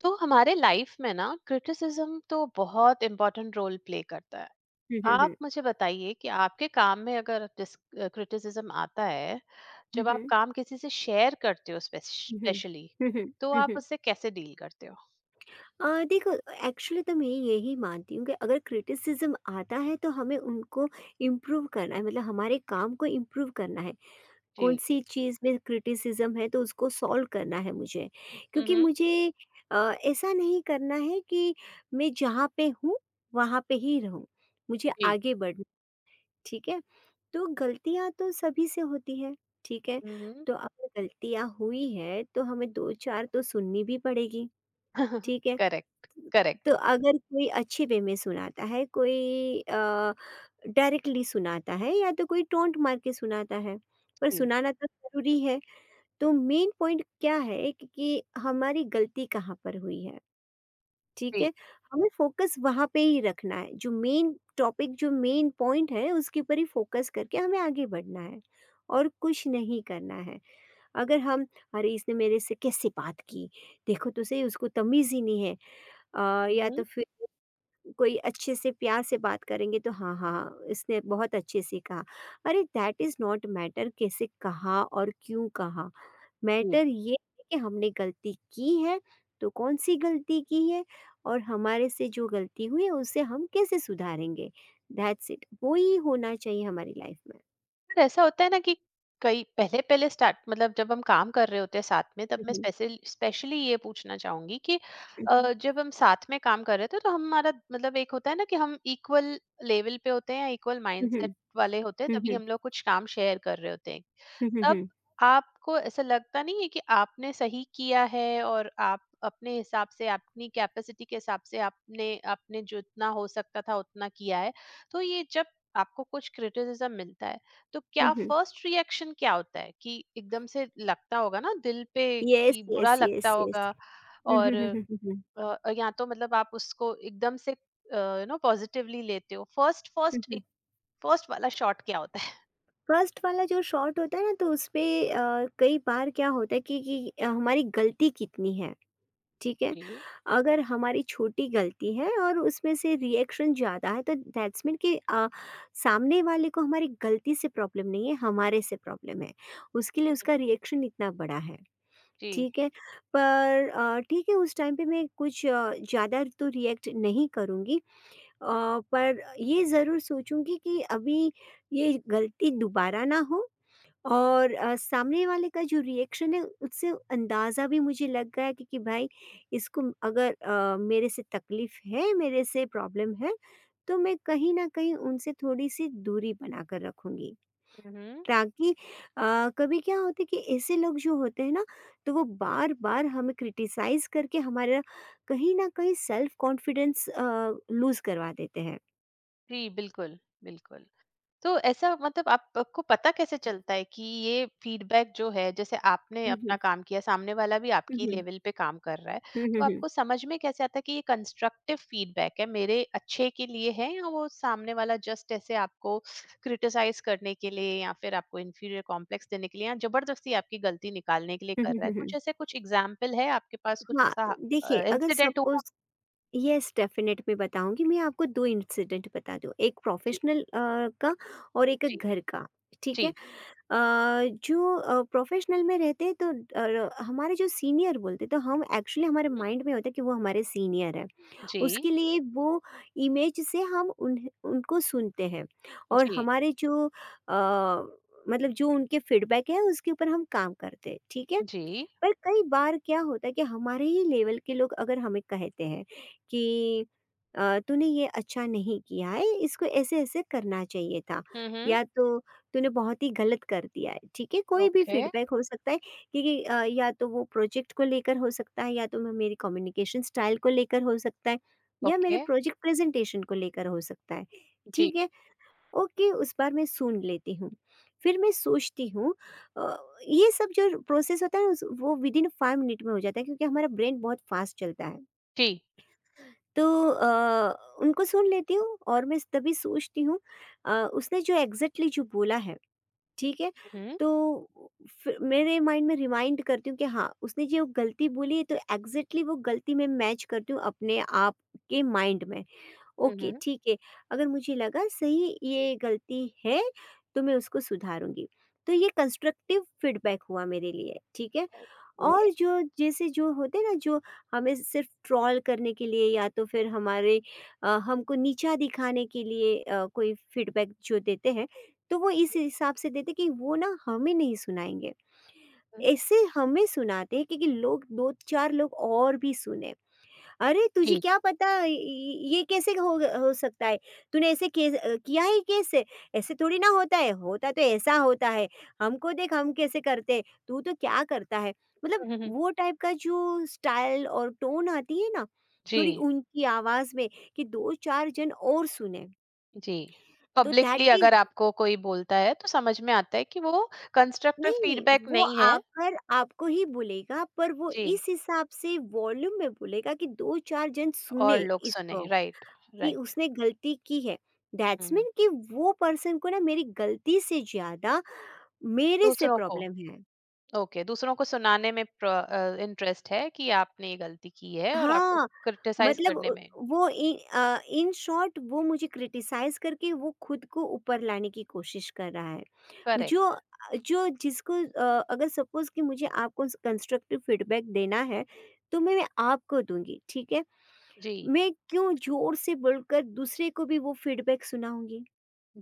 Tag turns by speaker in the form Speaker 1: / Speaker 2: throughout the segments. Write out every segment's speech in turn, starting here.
Speaker 1: तो हमारे लाइफ में ना क्रिटिसिज्म तो बहुत इम्पोर्टेंट रोल प्ले करता है।
Speaker 2: हुँ, हुँ, हुँ।
Speaker 1: आप मुझे बताइए कि आपके काम में अगर क्रिटिसिज्म आता है,
Speaker 2: हुँ,
Speaker 1: जब आप
Speaker 2: हुँ।
Speaker 1: काम किसी से शेयर करते हो
Speaker 2: हुँ, हुँ।
Speaker 1: स्पेशली,
Speaker 2: हुँ, हुँ।
Speaker 1: तो
Speaker 2: हुँ,
Speaker 1: आप
Speaker 2: हुँ।
Speaker 1: उससे कैसे डील करते हो?
Speaker 2: देखो, एक्चुअली तो मैं यही मानती हूँ कि अगर क्रिटिसिज़्म आता है तो हमें उनको इम्प्रूव करना है मतलब हमारे काम को इम्प्रूव करना है।
Speaker 1: जी।
Speaker 2: कौन-सी चीज़ में क्रिटिसिज़्म है तो उसको सॉल्व करना है मुझे। क्योंकि
Speaker 1: हम्म।
Speaker 2: मुझे अ, ऐसा नहीं करना है कि मैं जहाँ पे हूँ वहाँ पे ही रहूँ। मुझे
Speaker 1: जी।
Speaker 2: आगे बढ़ना, ठीक है? तो गलतियाँ तो सभी से होती है, ठीक है?
Speaker 1: हम्म।
Speaker 2: तो अगर गलतियाँ हुई है तो हमें 2-4 तो सुननी भी पड़ेगी, ठीक है?
Speaker 1: करेक्ट। करेक्ट।
Speaker 2: तो अगर कोई अच्छे वे में सुनाता है, कोई डायरेक्टली सुनाता है या तो कोई टोंट मार के सुनाता है, पर
Speaker 1: जी।
Speaker 2: सुनाना तो ज़रूरी है। तो मेन पॉइंट क्या है कि हमारी गलती कहाँ पर हुई है? ठीक
Speaker 1: जी।
Speaker 2: है? हमें फ़ोकस वहाँ पे ही रखना है, जो मेन टॉपिक जो मेन पॉइंट है उसके ऊपर ही फ़ोकस करके हमें आगे बढ़ना है और कुछ नहीं करना है। अगर हम अरे इसने मेरे से कैसे बात की, देखो तो सही उसको तमीज़ ही नहीं है। या
Speaker 1: हम्म।
Speaker 2: तो फिर कोई अच्छे से प्यार से बात करेंगे तो हाँ हाँ इसने बहुत अच्छे से कहा। अरे दैट इज़ नॉट मैटर कैसे कहा और क्यों कहा, मैटर ये है कि हमने गलती की है, तो कौन सी गलती की है और हमारे से जो गलती हुई है उसे हम कैसे सुधारेंगे। दैट्स इट, वो ही होना चाहिए हमारी लाइफ में।
Speaker 1: पर ऐसा होता है ना कि कई पहले पहले स्टार्ट मतलब जब हम काम कर रहे होते हैं साथ में, तब मैं
Speaker 2: हम्म,
Speaker 1: स्पेशली ये पूछना चाहूंगी कि
Speaker 2: हम्म,
Speaker 1: जब हम साथ में काम कर रहे थे तो हमारा मतलब एक होता है ना कि हम इक्वल लेवल पे होते हैं या इक्वल
Speaker 2: हम्म, हम्म,
Speaker 1: माइंडसेट वाले होते हैं,
Speaker 2: हम्म,
Speaker 1: तभी
Speaker 2: हम्म,
Speaker 1: हम लोग कुछ काम शेयर कर रहे होते हैं। तब
Speaker 2: हम्म,
Speaker 1: आपको ऐसा लगता नहीं है कि आपने सही किया है और आप अपने हिसाब से अपनी कैपेसिटी के हिसाब से आपने आपने जितना हो सकता था उतना किया है? तो ये जब आपको कुछ क्रिटिसिज्म मिलता है तो
Speaker 2: हम्म,
Speaker 1: क्या
Speaker 2: हम्म,
Speaker 1: फर्स्ट रिएक्शन क्या होता है कि एकदम से लगता होगा ना दिल पे
Speaker 2: यस
Speaker 1: कि
Speaker 2: यस
Speaker 1: बुरा
Speaker 2: यस
Speaker 1: लगता
Speaker 2: यस,
Speaker 1: होगा?
Speaker 2: हम्म, हम्म,
Speaker 1: और
Speaker 2: हम्म, हम्म, हम्म, हम्म,
Speaker 1: या तो मतलब आप उसको एकदम से यू नो पॉजिटिवली लेते हो? First first
Speaker 2: hmm.
Speaker 1: फर्स्ट वाला शॉट क्या होता है?
Speaker 2: फर्स्ट वाला जो शॉट होता है ना तो उसपे कई बार क्या होता है कि हमारी गलती कितनी है, ठीक है?
Speaker 1: जी।
Speaker 2: अगर हमारी छोटी गलती है और उसमें से रिएक्शन ज़्यादा है तो दैट्स मीन कि सामने वाले को हमारी गलती से प्रॉब्लम नहीं है, हमारे से प्रॉब्लम है। उसके लिए उसका रिएक्शन इतना बड़ा है,
Speaker 1: जी।
Speaker 2: ठीक है? पर ठीक है उस टाइम पे मैं कुछ ज़्यादा तो रिएक्ट नहीं करूँगी, अ, पर ये ज़रूर सोचूँगी कि अभी ये गलती दोबारा ना हो और सामने वाले का जो रिएक्शन है उससे अंदाज़ा भी मुझे लग गया कि, भाई इसको अगर मेरे से तकलीफ़ है, मेरे से प्रॉब्लम है, तो मैं कहीं न कहीं उनसे थोड़ी-सी दूरी बना कर रखूँगी।
Speaker 1: हम्म।
Speaker 2: ताकि कभी क्या होता है कि ऐसे लोग जो होते हैं ना, तो वो बार-बार हमें क्रिटिसाइज़ करके हमारा कहीं न कहीं सेल्फ़ कॉन्फिडेंस लूज़ करवा देते हैं।
Speaker 1: जी, बिल्कुल, बिल्कुल। तो ऐसा मतलब आपको पता कैसे चलता है कि ये फीडबैक जो है, जैसे आपने
Speaker 2: हुँ,
Speaker 1: अपना
Speaker 2: हुँ।
Speaker 1: काम किया, सामने वाला भी
Speaker 2: हुँ,
Speaker 1: आपकी
Speaker 2: हुँ।
Speaker 1: लेवल पे काम कर रहा है,
Speaker 2: हुँ, हुँ,
Speaker 1: तो
Speaker 2: हुँ।
Speaker 1: आपको समझ में कैसे आता है कि ये कंस्ट्रक्टिव फीडबैक है, मेरे अच्छे के लिए है, या वो सामने वाला जस्ट ऐसे आपको क्रिटिसाइज़ करने के लिए या फिर आपको इन्फीरियर कॉम्प्लेक्स देने के लिए या ज़बरदस्ती आपकी गलती निकालने के लिए
Speaker 2: हुँ,
Speaker 1: कर
Speaker 2: हुँ,
Speaker 1: रहा है?
Speaker 2: हुँ,
Speaker 1: कुछ
Speaker 2: हुँ।
Speaker 1: ऐसे कुछ एग्ज़ाम्पल है आपके पास, कुछ
Speaker 2: हाँ,
Speaker 1: ऐसा
Speaker 2: देखिए अगर
Speaker 1: इंसिडेंट हुआ?
Speaker 2: सपोज़, येस, डेफ़िनेट मैं बताऊँगी। मैं आपको 2 इंसिडेंट बता दूँ, एक
Speaker 1: जी,
Speaker 2: प्रोफ़ेशनल का और एक
Speaker 1: जी,
Speaker 2: घर का, ठीक है? अ,
Speaker 1: जी।
Speaker 2: जो प्रोफ़ेशनल में रहते हैं तो हमारे जो सीनियर बोलते हैं, तो हम एक्चुअली
Speaker 1: हुँ,
Speaker 2: हमारे
Speaker 1: हुँ।
Speaker 2: माइंड में होता है कि वो हमारे सीनियर हैं।
Speaker 1: जी,
Speaker 2: उसके लिए वो इमेज से हम उन्हें उनको सुनते हैं और
Speaker 1: जी,
Speaker 2: हमारे जो मतलब जो उनके फीडबैक है, उसके ऊपर हम काम करते हैं, ठीक है?
Speaker 1: जी।
Speaker 2: पर कई बार क्या होता है कि हमारे ही लेवल के लोग अगर हमें कहते हैं कि तूने ये अच्छा नहीं किया है, इसको ऐसे ऐसे करना चाहिए था,
Speaker 1: हुँ, हुँ।
Speaker 2: या तो तूने बहुत ही गलत कर दिया है, ठीक है, कोई भी
Speaker 1: ओके,
Speaker 2: फीडबैक हो सकता है क्योंकि या तो वो प्रोजेक्ट को लेकर हो सकता है या तो मेरी कम्युनिकेशन स्टाइल को लेकर हो सकता है या मेरे
Speaker 1: ओके।
Speaker 2: प्रोजेक्ट प्रेजेंटेशन को लेकर हो सकता है,
Speaker 1: जी।
Speaker 2: ठीक है। ओके, उस बार मैं सुन लेती हूँ। फिर मैं सोचती हूँ, अ, ये सब जो प्रोसेस होता है उस वो विदिन 5 मिनट में हो जाता है क्योंकि हमारा ब्रेन बहुत फ़ास्ट चलता है।
Speaker 1: जी।
Speaker 2: तो अ, उनको सुन लेती हूँ और मैं तभी सोचती हूँ उसने जो एग्ज़ैक्टली जो बोला है, ठीक है?
Speaker 1: हुँ,
Speaker 2: तो फिर मेरे माइंड में रिमाइंड करती हूँ कि हाँ, उसने जो गलती बोली है तो एग्ज़ैक्टली वो गलती मैं मैच करती हूँ अपने आप के माइंड में।
Speaker 1: हुँ,
Speaker 2: ओके,
Speaker 1: हुँ।
Speaker 2: ठीक है। अगर मुझे लगा सही ये गलती है, तो मैं उसको सुधारूँगी। तो ये कंस्ट्रक्टिव फीडबैक हुआ मेरे लिए, ठीक है।
Speaker 1: ओके।
Speaker 2: और जो जैसे जो होते हैं ना, जो हमें सिर्फ़ ट्रोल करने के लिए या तो फिर हमारे हमको नीचा दिखाने के लिए कोई फीडबैक जो देते हैं, तो वो इस हिसाब से देते कि वो ना हमें नहीं सुनाएँगे।
Speaker 1: हुँ, हुँ।
Speaker 2: ऐसे हमें सुनाते हैं क्योंकि लोग 2-4 लोग और भी सुने। अरे! तुझे
Speaker 1: जी।
Speaker 2: क्या पता, य य ये कैसे हो सकता है? तूने ऐसे किया ही कैसे? ऐसे थोड़ी ना होता है, होता तो ऐसा होता है। हमको देख हम कैसे करते हैं, तू तो क्या करता है? मतलब
Speaker 1: हुँ, हुँ, हुँ।
Speaker 2: वो टाइप का जो स्टाइल और टोन आती है ना, थोड़ी
Speaker 1: जी,
Speaker 2: ऊँची आवाज़ में कि 2-4 जन और सुने।
Speaker 1: जी।
Speaker 2: तो दैट
Speaker 1: पब्लिकली
Speaker 2: इज़।
Speaker 1: अगर आपको कोई बोलता है तो समझ में आता है कि वो कंस्ट्रक्टिव
Speaker 2: नहीं,
Speaker 1: फीडबैक
Speaker 2: वो
Speaker 1: नहीं है।
Speaker 2: आकर आपको ही बोलेगा पर वो
Speaker 1: जी।
Speaker 2: इस हिसाब से वॉल्यूम में बोलेगा कि 2-4 जन सुने
Speaker 1: और लोग
Speaker 2: इसको।
Speaker 1: सुने। राइट,
Speaker 2: कि
Speaker 1: राइट।
Speaker 2: उसने गलती की है। That's
Speaker 1: hmm.
Speaker 2: मीन कि वो पर्सन को ना मेरी गलती से ज़्यादा मेरे से
Speaker 1: दूसरों को,
Speaker 2: प्रॉब्लम है।
Speaker 1: ओके, दूसरों को सुनाने में इंटरेस्ट है कि आपने ये गलती की है और आपको
Speaker 2: हाँ,
Speaker 1: क्रिटिसाइज़
Speaker 2: मतलब
Speaker 1: करने में।
Speaker 2: इन शॉर्ट वो मुझे क्रिटिसाइज़ करके वो खुद को ऊपर लाने की कोशिश कर रहा है। जो
Speaker 1: करेक्ट।
Speaker 2: जो जिसको अ, अगर सपोज़ कि मुझे आपको कंस्ट्रक्टिव फीडबैक देना है, तो मैं आपको दूँगी, ठीक है?
Speaker 1: जी,
Speaker 2: मैं क्यों ज़ोर से बोलकर दूसरे को भी वो फीडबैक सुनाऊँगी?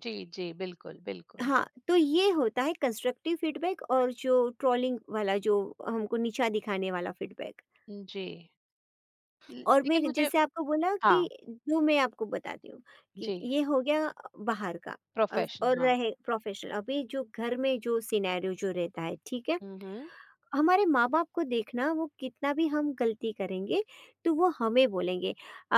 Speaker 1: जी, जी। बिल्कुल, बिल्कुल।
Speaker 2: हाँ, तो ये होता है कंस्ट्रक्टिव फीडबैक, और जो ट्रोलिंग वाला जो हमको नीचा दिखाने वाला फीडबैक।
Speaker 1: जी। ल
Speaker 2: और
Speaker 1: लेकिन
Speaker 2: मैं
Speaker 1: मुझे
Speaker 2: जैसे आपको बोला कि
Speaker 1: हाँ।
Speaker 2: जो मैं आपको बताती हूँ कि
Speaker 1: जी,
Speaker 2: ये हो गया बाहर का, अज़
Speaker 1: प्रोफेशन
Speaker 2: और
Speaker 1: हाँ।
Speaker 2: रहे प्रोफेशनल। अभी जो घर में जो सिनेरियो जो रहता है, ठीक है?
Speaker 1: हुँ, हुँ।
Speaker 2: हमारे माँ-बाप को देखना, वो कितना भी हम गलती करेंगे, तो वो हमें बोलेंगे। अ,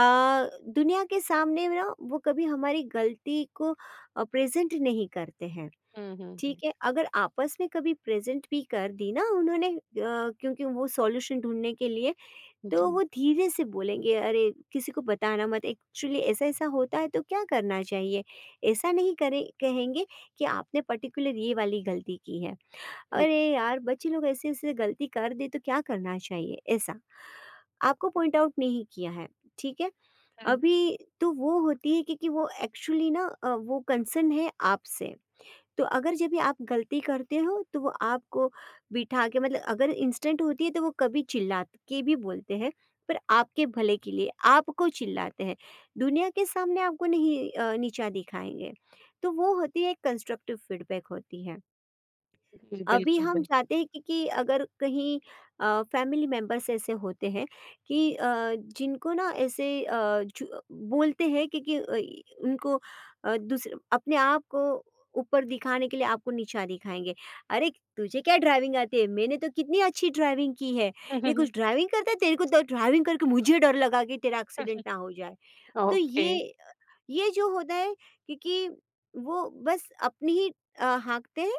Speaker 2: दुनिया के सामने ना वो कभी हमारी गलती को प्रेज़ेंट नहीं करते हैं।
Speaker 1: हुँ, हुँ,
Speaker 2: ठीक
Speaker 1: हुँ।
Speaker 2: है, अगर आपस में कभी प्रेजेंट भी कर दी ना उन्होंने, क्योंकि वो सॉल्यूशन ढूंढने के लिए,
Speaker 1: जी,
Speaker 2: तो
Speaker 1: जी।
Speaker 2: वो धीरे से बोलेंगे अरे किसी को बताना मत, एक्चुअली ऐसा ऐसा होता है तो क्या करना चाहिए, ऐसा नहीं करे, कहेंगे कि आपने पर्टिकुलर ये वाली गलती की है,
Speaker 1: हुँ।
Speaker 2: अरे यार बच्चे लोग ऐसे ऐसे गलती कर दे तो क्या करना चाहिए, ऐसा आपको पॉइंट आउट नहीं किया है, ठीक है? अभी तो वो होती है क्योंकि वो एक्चुअली ना वो कंसर्न है आपसे, तो अगर जब भी आप गलती करते हो तो वो आपको बिठा के मतलब अगर इंस्टेंट होती है तो वो कभी चिल्ला के भी बोलते हैं, पर आपके भले के लिए आपको चिल्लाते हैं, दुनिया के सामने आपको नहीं नीचा दिखाएंगे। तो वो होती है कंस्ट्रक्टिव फीडबैक होती है।
Speaker 1: जी,
Speaker 2: अभी
Speaker 1: बिल्कुल,
Speaker 2: हम
Speaker 1: बिल्कुल।
Speaker 2: चाहते हैं कि, अगर कहीं फैमिली मेंबर्स ऐसे होते हैं कि जिनको ना ऐसे अ, जु बोलते हैं कि अ, इ उनको दूसरे अपने आप को ऊपर दिखाने के लिए आपको नीचा दिखाएँगे। "अरे! तुझे क्या ड्राइविंग आती है? मैंने तो कितनी अच्छी ड्राइविंग की है। ये कुछ ड्राइविंग करता है? तेरे को तो ड्राइविंग करके मुझे डर लगा कि तेरा एक्सीडेंट ना हो जाए।" तो
Speaker 1: ओके,
Speaker 2: ये जो होता है, क्योंकि वो बस अपनी ही हाँकते हैं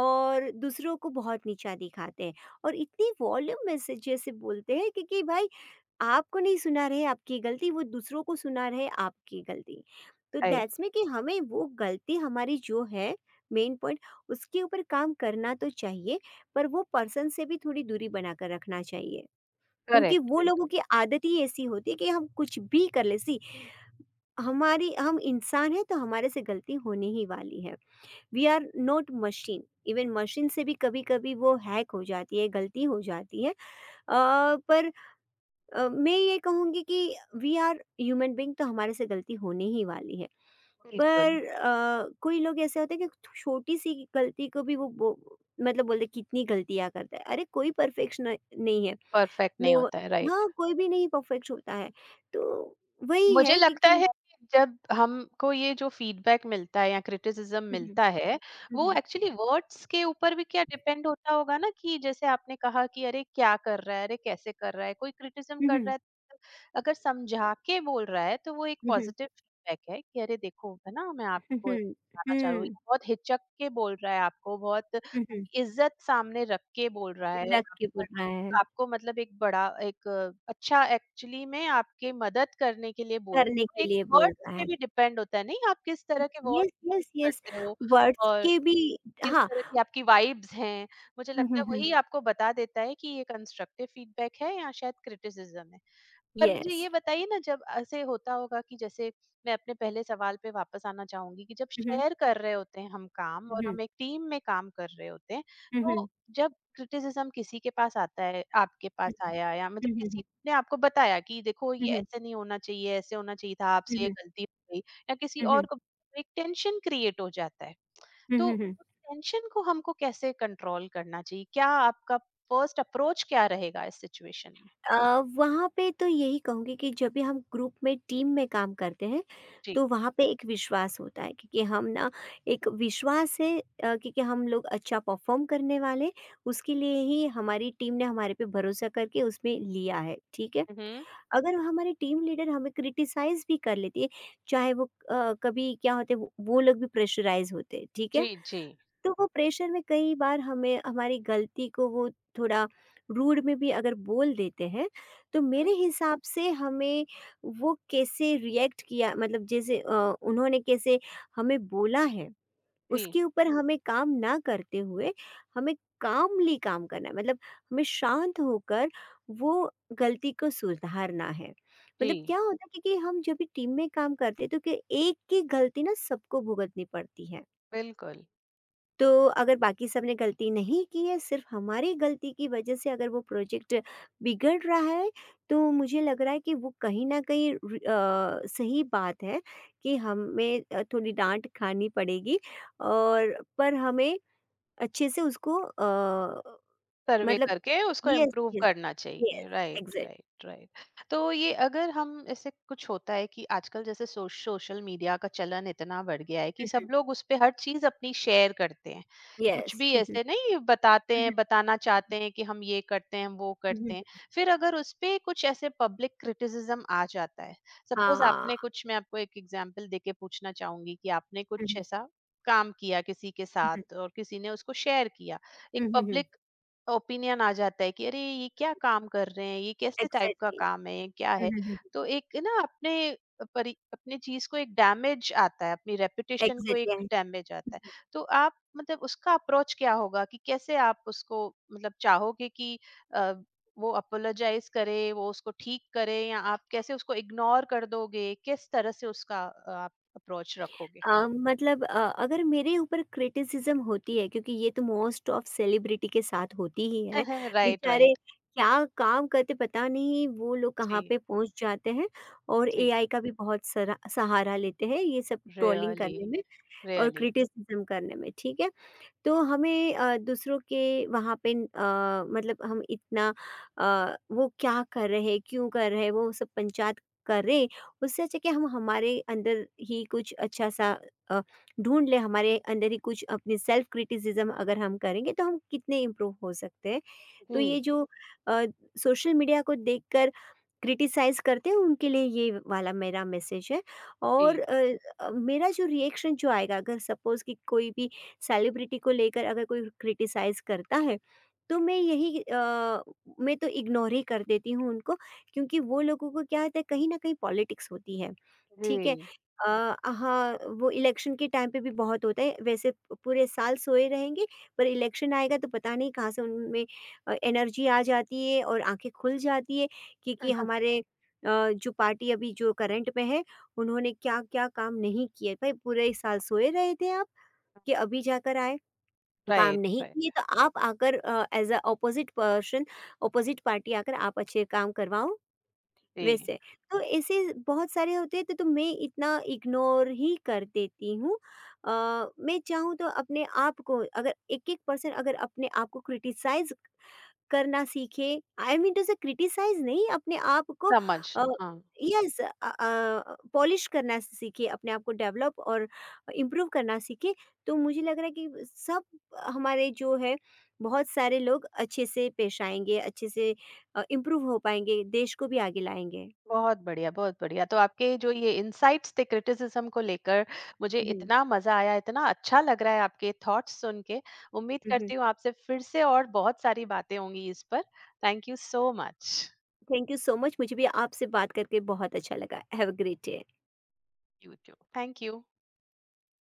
Speaker 2: और दूसरों को बहुत नीचा दिखाते हैं, और इतनी वॉल्यूम में से जैसे बोलते हैं क्योंकि भाई आपको नहीं सुना रहे आपकी गलती, वो दूसरों को सुना रहे आपकी गलती। तो
Speaker 1: राइट,
Speaker 2: दैट्स में कि हमें वो गलती हमारी जो है मेन पॉइंट, उसके ऊपर काम करना तो चाहिए, पर वो पर्सन से भी थोड़ी दूरी बनाकर रखना चाहिए, क्योंकि
Speaker 1: करेक्ट,
Speaker 2: वो लोगों
Speaker 1: बिल्कुल,
Speaker 2: की आदत ही ऐसी होती है कि हम कुछ भी कर ले सी, हमारी हम इंसान हैं तो हमारे से गलती होने ही वाली है। We are not machine. Even machine से भी कभी-कभी वो हैक हो जाती है, गलती हो जाती है। पर मैं ये कहूँगी कि वी आर ह्यूमन बीइंग, तो हमारे से गलती होने ही वाली है।
Speaker 1: बिल्कुल,
Speaker 2: पर कोई लोग ऐसे होते हैं कि छोटी-सी गलती को भी वो मतलब बोलते हैं कितनी गलतियाँ करता है। अरे कोई परफेक्शन नहीं है।
Speaker 1: परफेक्ट नहीं
Speaker 2: नो,
Speaker 1: होता है, राइट।
Speaker 2: हाँ, कोई भी नहीं परफेक्ट होता है। तो वही
Speaker 1: मुझे
Speaker 2: है
Speaker 1: लगता
Speaker 2: क्योंकि,
Speaker 1: है कि जब हमको ये जो फीडबैक मिलता है या क्रिटिसिज़्म
Speaker 2: हुँ, हुँ।
Speaker 1: मिलता है,
Speaker 2: हुँ,
Speaker 1: वो
Speaker 2: हुँ।
Speaker 1: एक्चुअली वर्ड्स के ऊपर भी क्या डिपेंड होता होगा ना? कि जैसे आपने कहा कि अरे, क्या कर रहा है? अरे, कैसे कर रहा है? कोई क्रिटिसिज़्म
Speaker 2: हुँ,
Speaker 1: कर
Speaker 2: हुँ।
Speaker 1: रहा है, अगर समझा के बोल रहा है तो वो एक
Speaker 2: हुँ, हुँ।
Speaker 1: पॉजिटिव फीडबैक है कि अरे देखो है ना, मैं
Speaker 2: हुँ,
Speaker 1: आपको
Speaker 2: हुँ।
Speaker 1: बताना चाह रहा हूँ,
Speaker 2: हुँ।
Speaker 1: बहुत हिचक के बोल रहा है, आपको बहुत
Speaker 2: हुँ, हुँ।
Speaker 1: इज्जत सामने रख के बोल रहा है
Speaker 2: रख के
Speaker 1: आपको।
Speaker 2: बोल रहा है,
Speaker 1: आपको मतलब एक बड़ा एक अच्छा, एक्चुअली में आपके मदद करने के लिए बोल
Speaker 2: करने
Speaker 1: रहा है।
Speaker 2: के
Speaker 1: एक
Speaker 2: लिए बोल
Speaker 1: वर्ड्स
Speaker 2: रहा है।
Speaker 1: पे भी डिपेंड होता है नहीं, आप किस तरह के
Speaker 2: येस,
Speaker 1: वर्ड
Speaker 2: येस, येस,
Speaker 1: करते हो,
Speaker 2: वर्ड्स
Speaker 1: और
Speaker 2: के भी,
Speaker 1: किस
Speaker 2: हाँ।
Speaker 1: तरह की आपकी वाइब्स हैं। मुझे
Speaker 2: हुँ,
Speaker 1: लगता
Speaker 2: हुँ,
Speaker 1: है
Speaker 2: हुँ।
Speaker 1: वही आपको बता देता है कि ये कंस्ट्रक्टिव फीडबैक है या शायद क्रिटिसिज्म है। पर मुझे
Speaker 2: येस।
Speaker 1: ये बताइए ना जब ऐसे होता होगा कि जैसे मैं अपने पहले सवाल पे वापस आना चाहूंगी कि जब
Speaker 2: हुँ, हुँ।
Speaker 1: शेयर कर रहे होते हैं हम काम, और
Speaker 2: हुँ, हुँ।
Speaker 1: हम एक टीम में काम कर रहे होते हैं,
Speaker 2: हुँ,
Speaker 1: तो
Speaker 2: हुँ।
Speaker 1: जब क्रिटिसिज्म किसी के पास आता है, आपके पास आया, या
Speaker 2: हुँ,
Speaker 1: मतलब
Speaker 2: हुँ, हुँ।
Speaker 1: किसी ने आपको बताया कि देखो
Speaker 2: हुँ,
Speaker 1: ये
Speaker 2: हुँ।
Speaker 1: ऐसे नहीं होना चाहिए, ऐसे होना चाहिए था,
Speaker 2: हुँ, हुँ।
Speaker 1: आपसे
Speaker 2: हुँ,
Speaker 1: ये
Speaker 2: हुँ।
Speaker 1: गलती हो गई, या किसी
Speaker 2: हुँ, हुँ।
Speaker 1: और को, एक टेंशन क्रिएट हो जाता है।
Speaker 2: हुँ,
Speaker 1: तो
Speaker 2: हुँ, हुँ।
Speaker 1: टेंशन को हमको कैसे कंट्रोल करना चाहिए? क्या आपका फर्स्ट अप्रोच क्या रहेगा इस सिचुएशन में?
Speaker 2: वहाँ पे तो यही कहूँगी कि जब भी हम ग्रुप में टीम में काम करते हैं,
Speaker 1: जी।
Speaker 2: तो वहाँ पे एक विश्वास होता है क्योंकि हम ना एक विश्वास है, क्योंकि हम लोग अच्छा परफॉर्म करने वाले, उसके लिए ही हमारी टीम ने हमारे पे भरोसा करके उसमें लिया है, ठीक है।
Speaker 1: हम्म।
Speaker 2: अगर हमारे टीम लीडर हमें क्रिटिसाइज भी कर लेती है, चाहे वो कभी क्या होते हैं, वो लोग भी प्रेशराइज होते हैं, ठीक
Speaker 1: जी।
Speaker 2: है।
Speaker 1: जी।
Speaker 2: तो वो प्रेशर में कई बार हमें हमारी गलती को वो थोड़ा रूड में भी अगर बोल देते हैं, तो मेरे
Speaker 1: हुँ।
Speaker 2: हिसाब से हमें वो कैसे रिएक्ट किया मतलब जैसे उन्होंने कैसे हमें बोला है
Speaker 1: जी,
Speaker 2: उसके ऊपर हमें काम ना करते हुए हमें कामली काम करना है। मतलब हमें शांत होकर वो गलती को सुधारना है।
Speaker 1: जी,
Speaker 2: मतलब क्या होता है कि हम जब भी टीम में काम करते हैं तो कि एक की गलती ना सबको भुगतनी पड़ती है।
Speaker 1: बिल्कुल।
Speaker 2: तो अगर बाकी सबने गलती नहीं की है, सिर्फ़ हमारी गलती की वजह से अगर वो प्रोजेक्ट बिगड़ रहा है, तो मुझे लग रहा है कि वो कहीं न कहीं सही बात है कि हमें थोड़ी डाँट खानी पड़ेगी और पर हमें अच्छे से उसको
Speaker 1: सर्वे
Speaker 2: मतलब
Speaker 1: करके उसको
Speaker 2: यस,
Speaker 1: इम्प्रूव
Speaker 2: यस,
Speaker 1: करना
Speaker 2: यस,
Speaker 1: चाहिए, राइट,
Speaker 2: एग्ज़ैक्ट।
Speaker 1: Right, right. तो ये अगर हम ऐसे कुछ होता है कि आजकल जैसे सोशल मीडिया का चलन इतना बढ़ गया है कि
Speaker 2: हुँ,
Speaker 1: सब
Speaker 2: हुँ,
Speaker 1: लोग उस पे हर चीज अपनी शेयर करते हैं, कुछ
Speaker 2: यस।
Speaker 1: भी
Speaker 2: हुँ, हुँ,
Speaker 1: ऐसे नहीं बताते
Speaker 2: हुँ,
Speaker 1: हैं, बताना चाहते हैं कि हम ये करते हैं हम वो
Speaker 2: हुँ, हुँ,
Speaker 1: करते हैं,
Speaker 2: हुँ।
Speaker 1: फिर अगर उस पे कुछ ऐसे पब्लिक क्रिटिसिज्म आ जाता है। सपोज
Speaker 2: हाँ,
Speaker 1: आपने कुछ, मैं आपको एक एग्जांपल देके पूछना चाहूंगी, कि आपने
Speaker 2: हुँ,
Speaker 1: कुछ
Speaker 2: हुँ,
Speaker 1: ऐसा काम किया किसी के
Speaker 2: हुँ,
Speaker 1: साथ और किसी ने उसको शेयर किया, एक
Speaker 2: हुँ, हुँ, हुँ, हुँ,
Speaker 1: पब्लिक ओपिनियन आ जाता है कि अरे ये क्या काम कर रहे हैं, ये कैसे टाइप का
Speaker 2: एग्ज़ैक्टली।
Speaker 1: काम है, ये क्या
Speaker 2: हुँ,
Speaker 1: है।
Speaker 2: हुँ, हुँ,
Speaker 1: तो एक ना अपने अपने चीज को एक डैमेज आता है, अपनी रेपुटेशन को एक
Speaker 2: एग्ज़ैक्टली आई हुँ,
Speaker 1: डैमेज आता है।
Speaker 2: हुँ।
Speaker 1: तो आप मतलब उसका अप्रोच क्या होगा, कि कैसे आप उसको मतलब चाहोगे कि अ, वो अपोलोजाइज करे, वो उसको ठीक करे, या आप कैसे उसको इग्नोर कर दोगे? किस तरह से उसका आप अप्रोच रखोगे?
Speaker 2: मतलब अगर मेरे ऊपर क्रिटिसिज्म होती है, क्योंकि ये तो मोस्ट ऑफ सेलिब्रिटी के साथ होती ही है,
Speaker 1: राइट,
Speaker 2: बेचारे
Speaker 1: राइट।
Speaker 2: क्या काम करते पता नहीं वो लोग कहाँ
Speaker 1: जी।
Speaker 2: पे पहुँच जाते हैं। और
Speaker 1: जी।
Speaker 2: एआई का भी बहुत सरा सहारा लेते हैं ये सब ट्रोलिंग
Speaker 1: रियली।
Speaker 2: करने में और
Speaker 1: रियली।
Speaker 2: क्रिटिसिज्म करने में, ठीक है? तो हमें दूसरों के वहाँ पे मतलब हम इतना वो क्या कर रहे हैं, क्यों कर रहे हैं, वो सब पंचायत करें, उससे अच्छा कि हम हमारे अंदर ही कुछ अच्छा सा अ, ढूँढ लें। हमारे अंदर ही कुछ अपनी सेल्फ क्रिटिसिज़्म अगर हम करेंगे, तो हम कितने इम्प्रूव हो सकते हैं। तो ये जो अ, सोशल मीडिया को देखकर क्रिटिसाइज़ करते हैं, उनके लिए ये वाला मेरा मैसेज है। और
Speaker 1: जी।
Speaker 2: मेरा जो रिएक्शन जो आएगा, अगर सपोज़ कि कोई भी सेलिब्रिटी को लेकर अगर कोई क्रिटिसाइज़ करता है, तो मैं यही मैं तो इग्नोर ही कर देती हूँ उनको। क्योंकि वो लोगों को क्या होता है कहीं न कहीं पॉलिटिक्स होती है, ठीक है?
Speaker 1: जी।
Speaker 2: हाँ, वो इलेक्शन के टाइम पे भी बहुत होता है, वैसे। पूरे साल सोए रहेंगे, पर इलेक्शन आएगा तो पता नहीं कहाँ से उनमें एनर्जी आ जाती है और आँखें खुल जाती है। क्योंकि हमारे जो पार्टी अभी जो करंट में है, उन्होंने क्या-क्या काम नहीं किए। भाई पूरे साल सोए रहे थे आप? कि अभी जाकर आए, काम
Speaker 1: राइट,
Speaker 2: नहीं किए
Speaker 1: राइट।
Speaker 2: तो आप आकर as a opposite person opposite party आकर आप अच्छे काम करवाओ,
Speaker 1: जी,
Speaker 2: वैसे। तो ऐसे बहुत सारे होते हैं, तो मैं इतना इग्नोर ही कर देती हूँ। अ, मैं चाहूँ तो अपने आप को, अगर एक-एक पर्सन अगर अपने आप को क्रिटिसाइज़ करना सीखें। I mean to say criticise नहीं अपने आप को
Speaker 1: समझ,
Speaker 2: अ,
Speaker 1: हाँ,
Speaker 2: यस पॉलिश करना सीखिए, अपने आप को डेवलप और इम्प्रूव करना सीखें। तो मुझे लग रहा है कि सब हमारे जो है बहुत सारे लोग अच्छे से पेश आएँगे, अच्छे से इम्प्रूव हो पाएँगे, देश को भी आगे लाएँगे।
Speaker 1: बहुत बढ़िया, बहुत बढ़िया। तो आपके जो ये इनसाइट्स थे क्रिटिसिज़्म को लेकर, मुझे
Speaker 2: हुँ, हुँ।
Speaker 1: इतना मज़ा आया, इतना अच्छा लग रहा है आपके थॉट्स सुन के। उम्मीद
Speaker 2: हुँ, हुँ।
Speaker 1: करती हूँ आपसे फिर से और बहुत सारी बातें होंगी इस पर। Thank you so much.
Speaker 2: Thank you so much, मुझे भी आपसे बात करके बहुत अच्छा लगा। Have a great day.
Speaker 1: You too. Thank you.